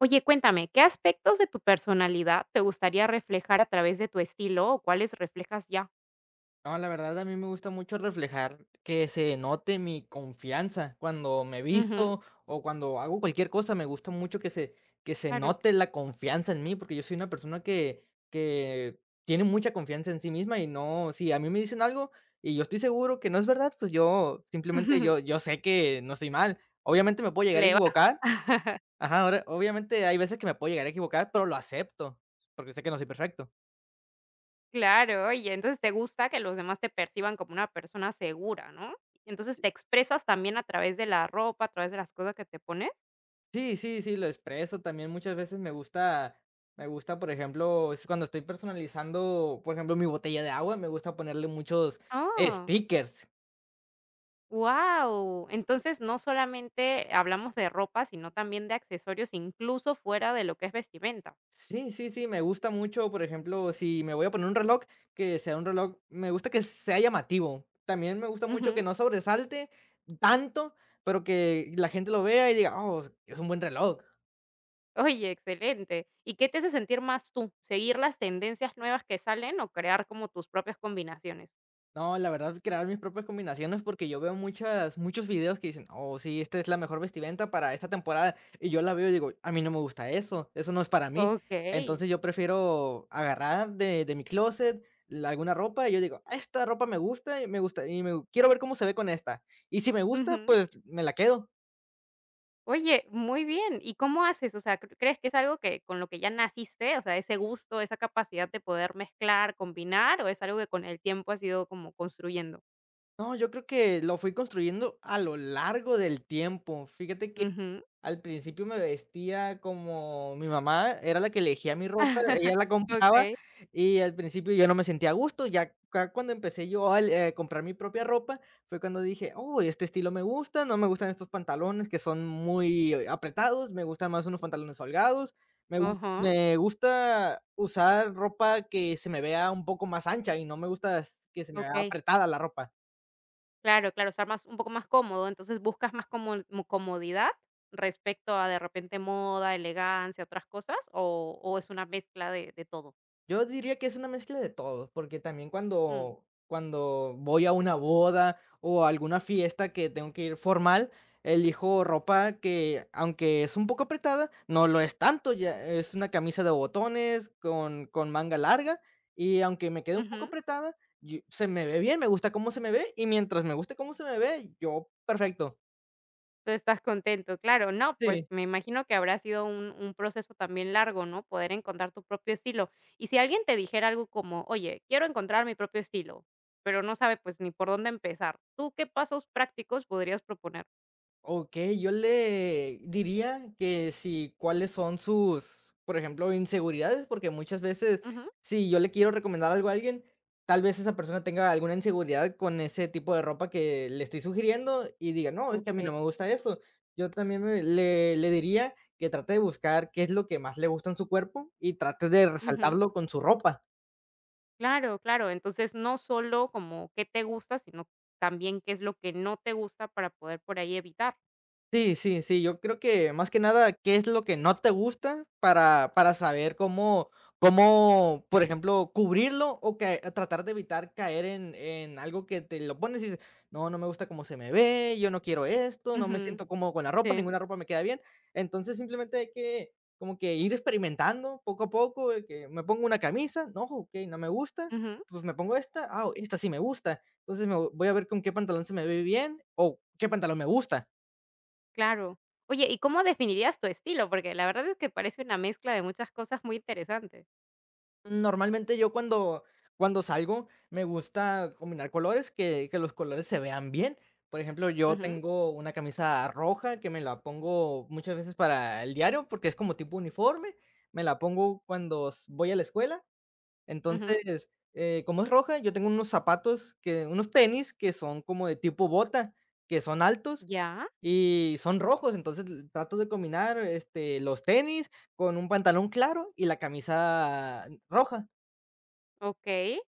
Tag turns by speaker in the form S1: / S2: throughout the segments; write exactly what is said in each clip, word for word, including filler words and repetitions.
S1: Oye, cuéntame, ¿qué aspectos de tu personalidad te gustaría reflejar a través de tu estilo o cuáles reflejas ya?
S2: No, la verdad a mí me gusta mucho reflejar que se note mi confianza cuando me
S1: Ujú,
S2: visto o cuando hago cualquier cosa, me gusta mucho que se, que se
S1: claro.
S2: note la confianza en mí, porque yo soy una persona que, que tiene mucha confianza en sí misma. Y no, si a mí me dicen algo y yo estoy seguro que no es verdad, pues yo simplemente yo, yo sé que no estoy mal. Obviamente me puedo llegar a
S1: Le vas,
S2: equivocar, ajá, ahora, obviamente hay veces que me puedo llegar a equivocar, pero lo acepto, porque sé que no soy perfecto.
S1: claro. Y entonces te gusta que los demás te perciban como una persona segura, ¿no? Entonces te expresas también a través de la ropa, a través de las cosas que te pones.
S2: Sí, sí, sí, lo expreso. También muchas veces me gusta me gusta, por ejemplo, es cuando estoy personalizando, por ejemplo, mi botella de agua, me gusta ponerle muchos
S1: Ah,
S2: stickers.
S1: wow. Entonces no solamente hablamos de ropa, sino también de accesorios, incluso fuera de lo que es vestimenta.
S2: Sí, sí, sí, me gusta mucho, por ejemplo, si me voy a poner un reloj, que sea un reloj, me gusta que sea llamativo. También me gusta mucho que
S1: Ujú.
S2: no sobresalte tanto, pero que la gente lo vea y diga, oh, es un buen reloj.
S1: Oye, excelente. ¿Y qué te hace sentir más tú? ¿Seguir las tendencias nuevas que salen o crear como tus propias combinaciones?
S2: No, la verdad, crear mis propias combinaciones porque yo veo muchas, muchos videos que dicen, oh, sí, esta es la mejor vestimenta para esta temporada. Y yo la veo y digo, a mí no me gusta eso, eso no es para mí.
S1: Okey.
S2: Entonces yo prefiero agarrar de, de mi closet la- alguna ropa y yo digo: "Ah, esta ropa me gusta y me gusta y me, quiero ver cómo se ve con esta. Y si me gusta,
S1: Ujú.
S2: pues me la quedo".
S1: Oye, muy bien. ¿Y cómo haces? O sea, ¿cr crees que es algo que con lo que ya naciste? O sea, ese gusto, esa capacidad de poder mezclar, combinar, ¿o es algo que con el tiempo has ido como construyendo?
S2: No, yo creo que lo fui construyendo a lo largo del tiempo. Fíjate que
S1: Ujú.
S2: al principio me vestía como mi mamá era la que elegía mi ropa, ella la compraba,
S1: Okey.
S2: y al principio yo no me sentía a gusto. Ya ca cuando empecé yo a eh, comprar mi propia ropa, fue cuando dije: "Oh, este estilo me gusta, no me gustan estos pantalones que son muy eh, apretados, me gustan más unos pantalones holgados, me gus
S1: Ajá.
S2: me gusta usar ropa que se me vea un poco más ancha y no me gusta s que se me vea
S1: Okey.
S2: apretada la ropa".
S1: Claro, claro, estar más un poco más cómodo, entonces buscas más como mo comodidad respecto a de repente moda, elegancia, otras cosas, o o es una mezcla de de todo.
S2: Yo diría que es una mezcla de todos porque también
S1: Mm,
S2: cuando cuando voy a una boda o a alguna fiesta que tengo que ir formal, elijo ropa que, aunque es un poco apretada, no lo es tanto, ya es una camisa de botones con con manga larga, y aunque me quede un poco
S1: ujú.
S2: apretada, yo se me ve bien, me gusta cómo se me ve, y mientras me guste cómo se me ve, yo perfecto.
S1: Tú estás contento, claro, no, pues
S2: Sí.
S1: me imagino que habrá sido un un proceso también largo, ¿no? Poder encontrar tu propio estilo. Y si alguien te dijera algo como: "Oye, quiero encontrar mi propio estilo", pero no sabe, pues, ni por dónde empezar, ¿tú qué pasos prácticos podrías proponer?
S2: Okey, yo le diría que si cuáles son sus, por ejemplo, inseguridades, porque muchas veces,
S1: Ujú,
S2: si yo le quiero recomendar algo a alguien, tal vez esa persona tenga alguna inseguridad con ese tipo de ropa que le estoy sugiriendo y diga: "No, es que a mí
S1: okey,
S2: no me gusta eso". Yo también me le le diría que trate de buscar qué es lo que más le gusta en su cuerpo y trate de
S1: ujú.
S2: resaltarlo con su ropa.
S1: Claro, claro. Entonces, no solo como qué te gusta, sino también qué es lo que no te gusta para poder por ahí evitar.
S2: Sí, sí, sí, yo creo que más que nada, qué es lo que no te gusta para para saber cómo cómo, por ejemplo, cubrirlo, o que tratar de evitar caer en en algo que te lo pones y dices: "No, no me gusta cómo se me ve, yo no quiero esto, no me
S1: Ujú,
S2: siento cómodo con la ropa,
S1: sí,
S2: ninguna ropa me queda bien". Entonces, simplemente hay que como que ir experimentando poco a poco, de que me pongo una camisa, no, okey, no me gusta,
S1: ujú,
S2: pues me pongo esta, ah, esta sí me gusta. Entonces, me voy a ver con qué pantalón se me ve bien o qué pantalón me gusta.
S1: claro. Oye, ¿y cómo definirías tu estilo? Porque la verdad es que parece una mezcla de muchas cosas muy interesantes.
S2: Normalmente yo cuando cuando salgo me gusta combinar colores, que que los colores se vean bien. Por ejemplo, yo
S1: Ujú,
S2: tengo una camisa roja que me la pongo muchas veces para el diario, porque es como tipo uniforme. Me la pongo cuando s voy a la escuela.
S1: ujú,
S2: Entonces, eh, como es roja, yo tengo unos zapatos que unos tenis que son como de tipo bota, que son altos
S1: ya,
S2: y son rojos. Entonces, l trato de combinar, este, los tenis con un pantalón claro y la camisa roja.
S1: okey.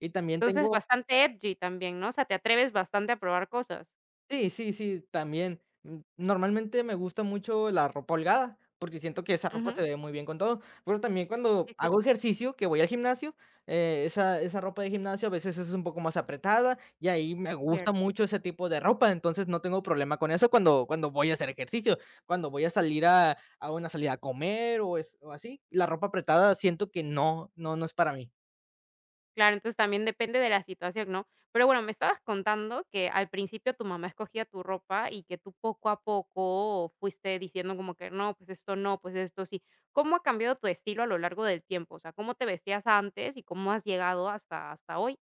S2: Y también
S1: Entonces,
S2: tengo
S1: bastante edgy también, ¿no? O sea, te atreves bastante a probar cosas.
S2: sí, sí, sí, también. Mm, normalmente me gusta mucho la ropa holgada, porque siento que esa ropa
S1: Ujú,
S2: se ve muy bien con todo, pero también
S1: sí,
S2: cuando
S1: sí,
S2: hago ejercicio, que voy al gimnasio, eh, esa esa ropa de gimnasio a veces es un poco más apretada, y ahí me gusta
S1: cierto.
S2: mucho ese tipo de ropa. Entonces no tengo problema con eso cuando cuando voy a hacer ejercicio. Cuando voy a salir a a una salida a comer o es o así, la ropa apretada siento que no, no, no es para mí.
S1: Claro, entonces también depende de la situación, ¿no? Pero bueno, me estabas contando que al principio tu mamá escogía tu ropa y que tú poco a poco fuiste diciendo como que no, pues esto no, pues esto sí. ¿Cómo ha cambiado tu estilo a lo largo del tiempo? O sea, ¿cómo te vestías antes y cómo has llegado hasta, hasta hoy?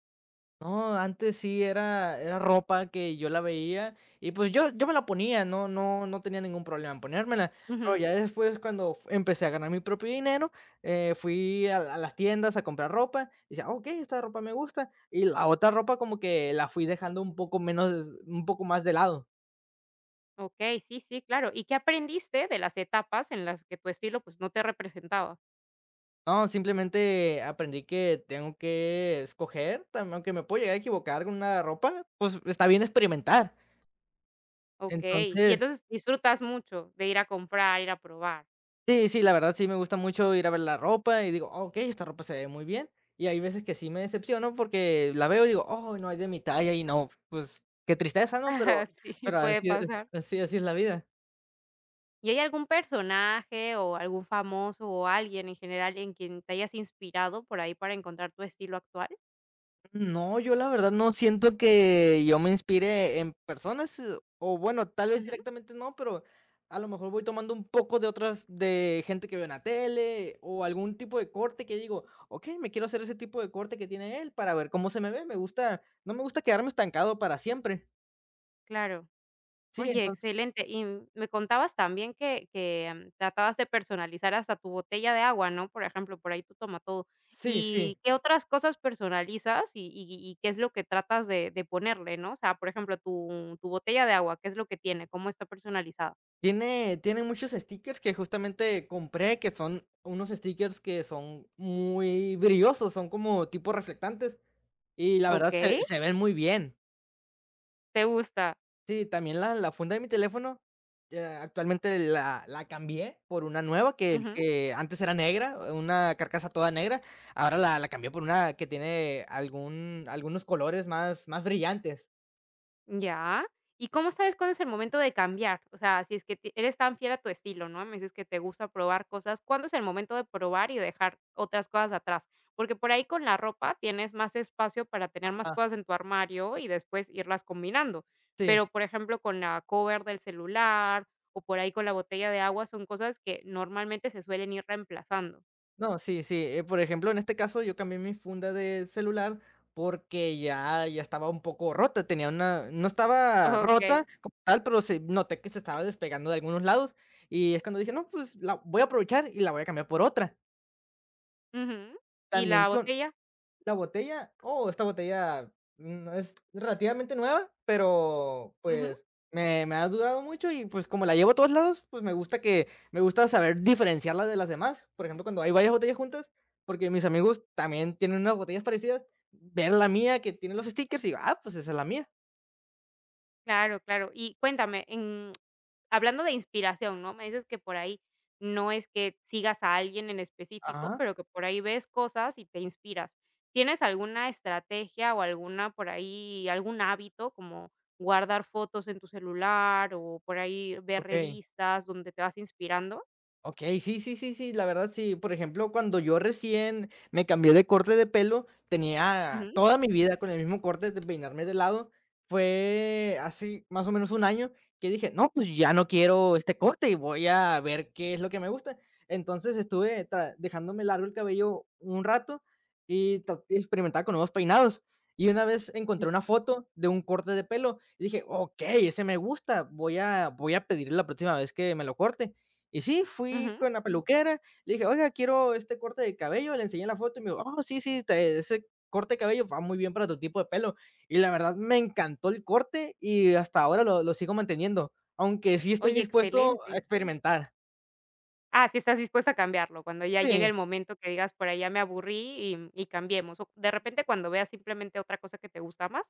S2: No, antes sí era era ropa que yo la veía y, pues, yo yo me la ponía, no no no tenía ningún problema en ponérmela, pero
S1: Ujú,
S2: ya después cuando f empecé a ganar mi propio dinero, eh, fui a a las tiendas a comprar ropa, y decía: "Okey, esta ropa me gusta", y la otra ropa como que la fui dejando un poco menos un poco más de lado.
S1: Ok, sí, sí, claro. ¿Y qué aprendiste de las etapas en las que tu estilo pues no te representaba?
S2: No, simplemente aprendí que tengo que escoger, tam aunque me puedo llegar a equivocar con una ropa, pues, está bien experimentar.
S1: Ok, y
S2: Entonces
S1: entonces disfrutas mucho de ir a comprar, ir a probar.
S2: sí, sí, la verdad sí me gusta mucho ir a ver la ropa y digo: "Oh, ok, esta ropa se ve muy bien". Y hay veces que sí me decepciono porque la veo y digo: "Oh, no es de mi talla", y no, pues, qué tristeza, ¿no? Pero
S1: Sí,
S2: pero
S1: puede
S2: así es
S1: pasar.
S2: así así es la vida.
S1: ¿Y hay algún personaje o algún famoso o alguien en general en quien te hayas inspirado por ahí para encontrar tu estilo actual?
S2: No, yo la verdad no siento que yo me inspire en personas, eh, o bueno, tal vez
S1: Ujú.
S2: directamente no, pero a lo mejor voy tomando un poco de otras, de gente que veo en la tele, o algún tipo de corte que digo, ok, me quiero hacer ese tipo de corte que tiene él para ver cómo se me ve. Me gusta, no me gusta quedarme estancado para siempre.
S1: Claro.
S2: Sí,
S1: Oye,
S2: entonces,
S1: excelente. Y m- me contabas también que que, mm, tratabas de personalizar hasta tu botella de agua, ¿no? Por ejemplo, por ahí tú toma todo.
S2: sí, sí.
S1: ¿Y qué otras cosas personalizas y y y qué es lo que tratas de de ponerle, no? O sea, por ejemplo, tu tu botella de agua, ¿qué es lo que tiene? ¿Cómo está personalizada?
S2: Tiene, tiene muchos stickers que justamente compré, que son unos stickers que son muy brillosos, son como tipo reflectantes. Y la verdad
S1: Okey,
S2: se se ven muy bien.
S1: te gusta.
S2: Sí, también la la funda de mi teléfono, eh, actualmente la la cambié por una nueva que que antes era negra, una carcasa toda negra. Ahora la la cambié por una que tiene algún algunos colores más más brillantes.
S1: Ya. ¿Y cómo sabes cuándo es el momento de cambiar? O sea, si es que ti eres tan fiel a tu estilo, ¿no? Me dices que te gusta probar cosas, ¿cuándo es el momento de probar y dejar otras cosas atrás? Porque por ahí con la ropa tienes más espacio para tener más
S2: Ah,
S1: cosas en tu armario y después irlas combinando.
S2: sí.
S1: Pero, por ejemplo, con la cover del celular o por ahí con la botella de agua, son cosas que normalmente se suelen ir reemplazando.
S2: No, sí, sí. Eh, por ejemplo, en este caso yo cambié mi funda de celular porque ya, ya estaba un poco rota, tenía una, no estaba
S1: Okey.
S2: rota como tal, pero se noté que se estaba despegando de algunos lados, y es cuando dije, no, pues la voy a aprovechar y la voy a cambiar por otra.
S1: Ujú. ¿Y
S2: También
S1: la
S2: con,
S1: botella?
S2: la botella, oh, esta botella mm, es relativamente nueva, pero pues me, me ha durado mucho, y pues como la llevo a todos lados, pues me gusta que me gusta saber diferenciarla de las demás. Por ejemplo, cuando hay varias botellas juntas, porque mis amigos también tienen unas botellas parecidas, ver la mía que tiene los stickers y digo, ah, pues esa es la mía.
S1: Claro, claro. Y cuéntame, en hablando de inspiración, ¿no? Me dices que por ahí no es que sigas a alguien en específico,
S2: Ajá,
S1: pero que por ahí ves cosas y te inspiras. ¿Tienes alguna estrategia o alguna por ahí algún hábito como guardar fotos en tu celular o por ahí ver
S2: ok.
S1: revistas donde te vas inspirando?
S2: Okey, sí, sí, sí, sí, la verdad sí. Por ejemplo, cuando yo recién me cambié de corte de pelo, tenía
S1: Ujú.
S2: toda mi vida con el mismo corte de peinarme de lado. Fue así, más o menos un año, que dije: "No, pues ya no quiero este corte y voy a ver qué es lo que me gusta". Entonces estuve tra dejándome largo el cabello un rato y ta experimentaba con nuevos peinados. Y una vez encontré una foto de un corte de pelo y dije: "Okey, ese me gusta, voy a voy a pedirle la próxima vez que me lo corte". Y sí, fui
S1: Ujú.
S2: con la peluquera, le dije: "Oiga, quiero este corte de cabello", le enseñé la foto y me dijo: "Oh, sí, sí, te ese corte de cabello va muy bien para tu tipo de pelo". Y la verdad me encantó el corte y hasta ahora lo lo sigo manteniendo, aunque sí estoy
S1: Oye,
S2: dispuesto a
S1: excelente.
S2: experimentar.
S1: Ah, si estás dispuesta a cambiarlo, cuando ya llegue
S2: Sí,
S1: el momento que digas: "Por ahí ya me aburrí y mm, y cambiemos", o de repente cuando veas simplemente otra cosa que te gusta más.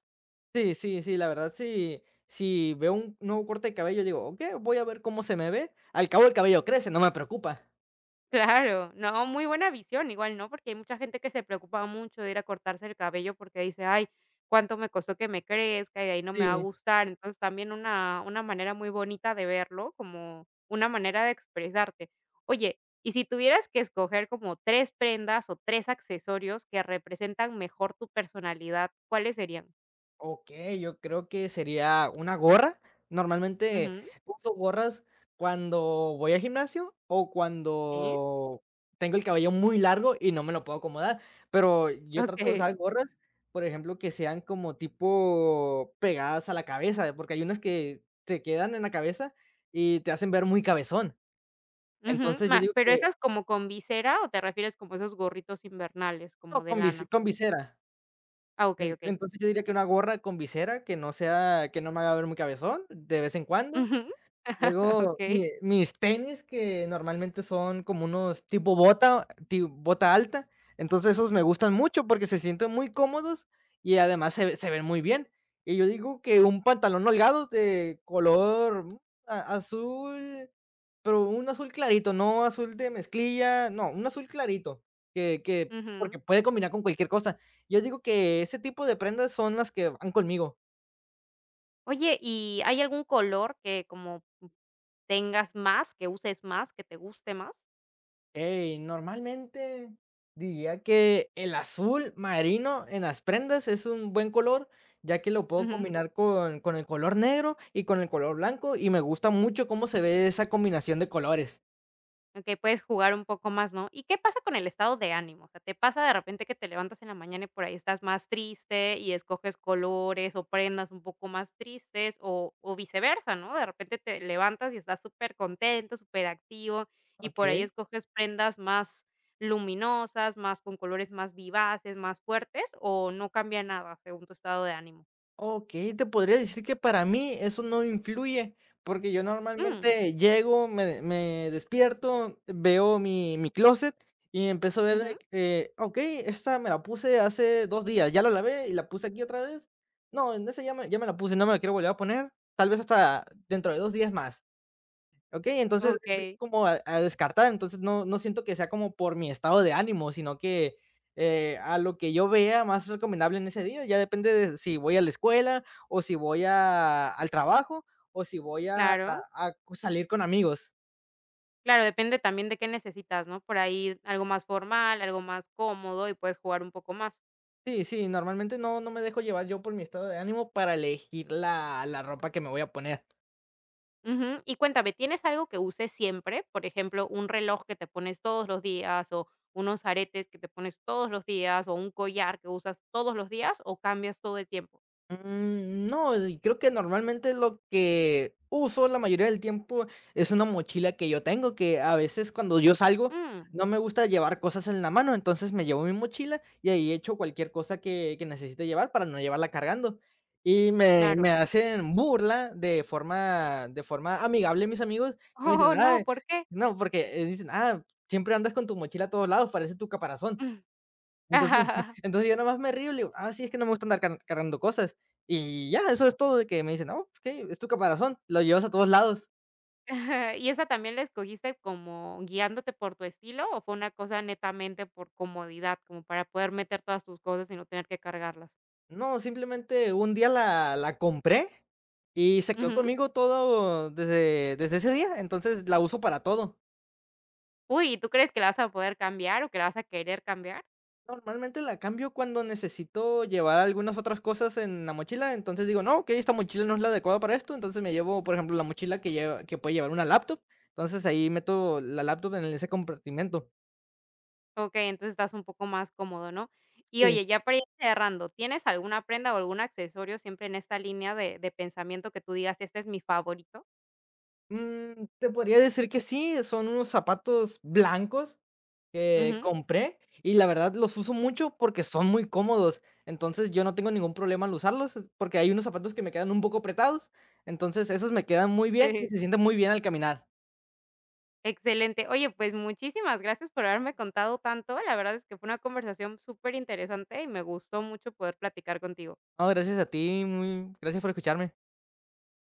S2: sí, sí, sí, la verdad, sí, si veo un nuevo corte de cabello, digo: "Okey, voy a ver cómo se me ve". Al cabo el cabello crece, no me preocupa.
S1: Claro, no, muy buena visión, igual, ¿no? Porque hay mucha gente que se preocupa mucho de ir a cortarse el cabello porque dice: "Ay, cuánto me costó que me crezca y de ahí no me va a
S2: Sí.
S1: gustar". Entonces, también una una manera muy bonita de verlo, como una manera de expresarte. Oye, y si tuvieras que escoger como tres prendas o tres accesorios que representan mejor tu personalidad, ¿cuáles serían?
S2: Okey, yo creo que sería una gorra. Normalmente
S1: Ujú.
S2: uso gorras cuando voy al gimnasio o
S1: Sí,
S2: cuando tengo el cabello muy largo y no me lo puedo acomodar, pero yo trato de
S1: okey.
S2: usar gorras, por ejemplo, que sean como tipo pegadas a la cabeza, porque hay unas que se quedan en la cabeza y te hacen ver muy cabezón.
S1: Ujú,
S2: Entonces, yo
S1: ma
S2: digo
S1: ¿pero
S2: que
S1: esas como con visera o te refieres como esos gorritos invernales,
S2: no,
S1: como de
S2: con vise
S1: lana?
S2: con visera.
S1: Ah, okey,
S2: En
S1: okey.
S2: entonces, yo diría que una gorra con visera que no sea que no me haga ver muy cabezón de vez en cuando.
S1: Ujú,
S2: Luego,
S1: okey.
S2: mi mis tenis, que normalmente son como unos tipo bota, ti bota alta, entonces esos me gustan mucho porque se sienten muy cómodos y además se se ven muy bien. Y yo digo que un pantalón holgado de color mm, a azul, pero un azul clarito, no azul de mezclilla, no, un azul clarito, que que porque
S1: Ujú.
S2: puede combinar con cualquier cosa. Yo digo que ese tipo de prendas son las que van conmigo.
S1: Oye, ¿y hay algún color que como tengas más, que uses más, que te guste más?
S2: Hey, normalmente diría que el azul marino en las prendas es un buen color, ya que lo puedo
S1: Ujú.
S2: combinar con, con el color negro y con el color blanco, y me gusta mucho cómo se ve esa combinación de colores.
S1: Okey, puedes jugar un poco más, ¿no? ¿Y qué pasa con el estado de ánimo? O sea, ¿te pasa de repente que te levantas en la mañana y por ahí estás más triste y escoges colores o prendas un poco más tristes o o viceversa, ¿no? De repente te levantas y estás súper contento, súper activo y por ahí
S2: Ok.
S1: escoges prendas más luminosas, más con colores más vivaces, más fuertes, ¿o no cambia nada según tu estado de ánimo?
S2: Okey, te podría decir que para mí eso no influye, porque yo
S1: Mm,
S2: normalmente llego, me me despierto, veo mi mi closet y empiezo a ver
S1: ujú,
S2: de que, okey, esta me la puse hace dos días, ya la lavé y la puse aquí otra vez. No, en esa ya me ya me la puse, no me la quiero volver a poner, tal vez hasta dentro de dos días más. Okey, entonces, empiezo
S1: okey,
S2: como a a descartar, entonces no no siento que sea como por mi estado de ánimo, sino que, eh, a lo que yo vea más recomendable en ese día, ya depende de si voy a la escuela, o si voy a al trabajo, o si voy a a
S1: claro.
S2: a salir con amigos.
S1: Claro, depende también de qué necesitas, ¿no? Por ahí algo más formal, algo más cómodo y puedes jugar un poco más.
S2: Sí, sí, normalmente no no me dejo llevar yo por mi estado de ánimo para elegir la la ropa que me voy a poner.
S1: Ujú. Y cuéntame, ¿tienes algo que uses siempre? Por ejemplo, un reloj que te pones todos los días o unos aretes que te pones todos los días o un collar que usas todos los días o cambias todo el tiempo.
S2: Mm, no, y creo que normalmente lo que uso la mayoría del tiempo es una mochila que yo tengo, que a veces cuando yo salgo
S1: Mm,
S2: no me gusta llevar cosas en la mano, entonces me llevo mi mochila y ahí echo cualquier cosa que, que necesite llevar para no llevarla cargando. Y me, me
S1: claro.
S2: hacen burla de forma, de forma amigable mis amigos, que me dicen,
S1: Oh,
S2: ah,
S1: no, ¿por qué?
S2: no, porque eh, dicen, ah, siempre andas con tu mochila a todos lados, parece tu caparazón.
S1: Mm.
S2: Entonces entonces yo nomás me río, y le digo: "Ah, sí, es que no me gusta andar car cargando cosas", y ya, eso es todo, de que me dicen: "No, okey, es tu caparazón, lo llevas a todos lados".
S1: ¿Y esa también la escogiste como guiándote por tu estilo o fue una cosa netamente por comodidad, como para poder meter todas tus cosas y no tener que cargarlas?
S2: No, simplemente un día la la compré y se quedó
S1: Ujú.
S2: conmigo todo desde desde ese día, entonces la uso para todo.
S1: Uy, ¿y tú crees que la vas a poder cambiar o que la vas a querer cambiar?
S2: Normalmente la cambio cuando necesito llevar algunas otras cosas en la mochila, entonces digo: "No, okey, esta mochila no es la adecuada para esto", entonces me llevo, por ejemplo, la mochila que lleva que puede llevar una laptop, entonces ahí meto la laptop en ese compartimento.
S1: Okey, entonces estás un poco más cómodo, ¿no? Y
S2: Sí.
S1: oye, ya para ir cerrando, ¿tienes alguna prenda o algún accesorio siempre en esta línea de de pensamiento que tú digas: "Este es mi favorito"?
S2: Mm, te podría decir que sí, son unos zapatos blancos que
S1: Ujú,
S2: compré y la verdad los uso mucho porque son muy cómodos. Entonces yo no tengo ningún problema al usarlos porque hay unos zapatos que me quedan un poco apretados. Entonces esos me quedan muy bien y
S1: sí,
S2: se sienten muy bien al caminar.
S1: excelente. Oye, pues muchísimas gracias por haberme contado tanto. La verdad es que fue una conversación súper interesante y me gustó mucho poder platicar contigo.
S2: No, gracias a ti, muy, gracias por escucharme.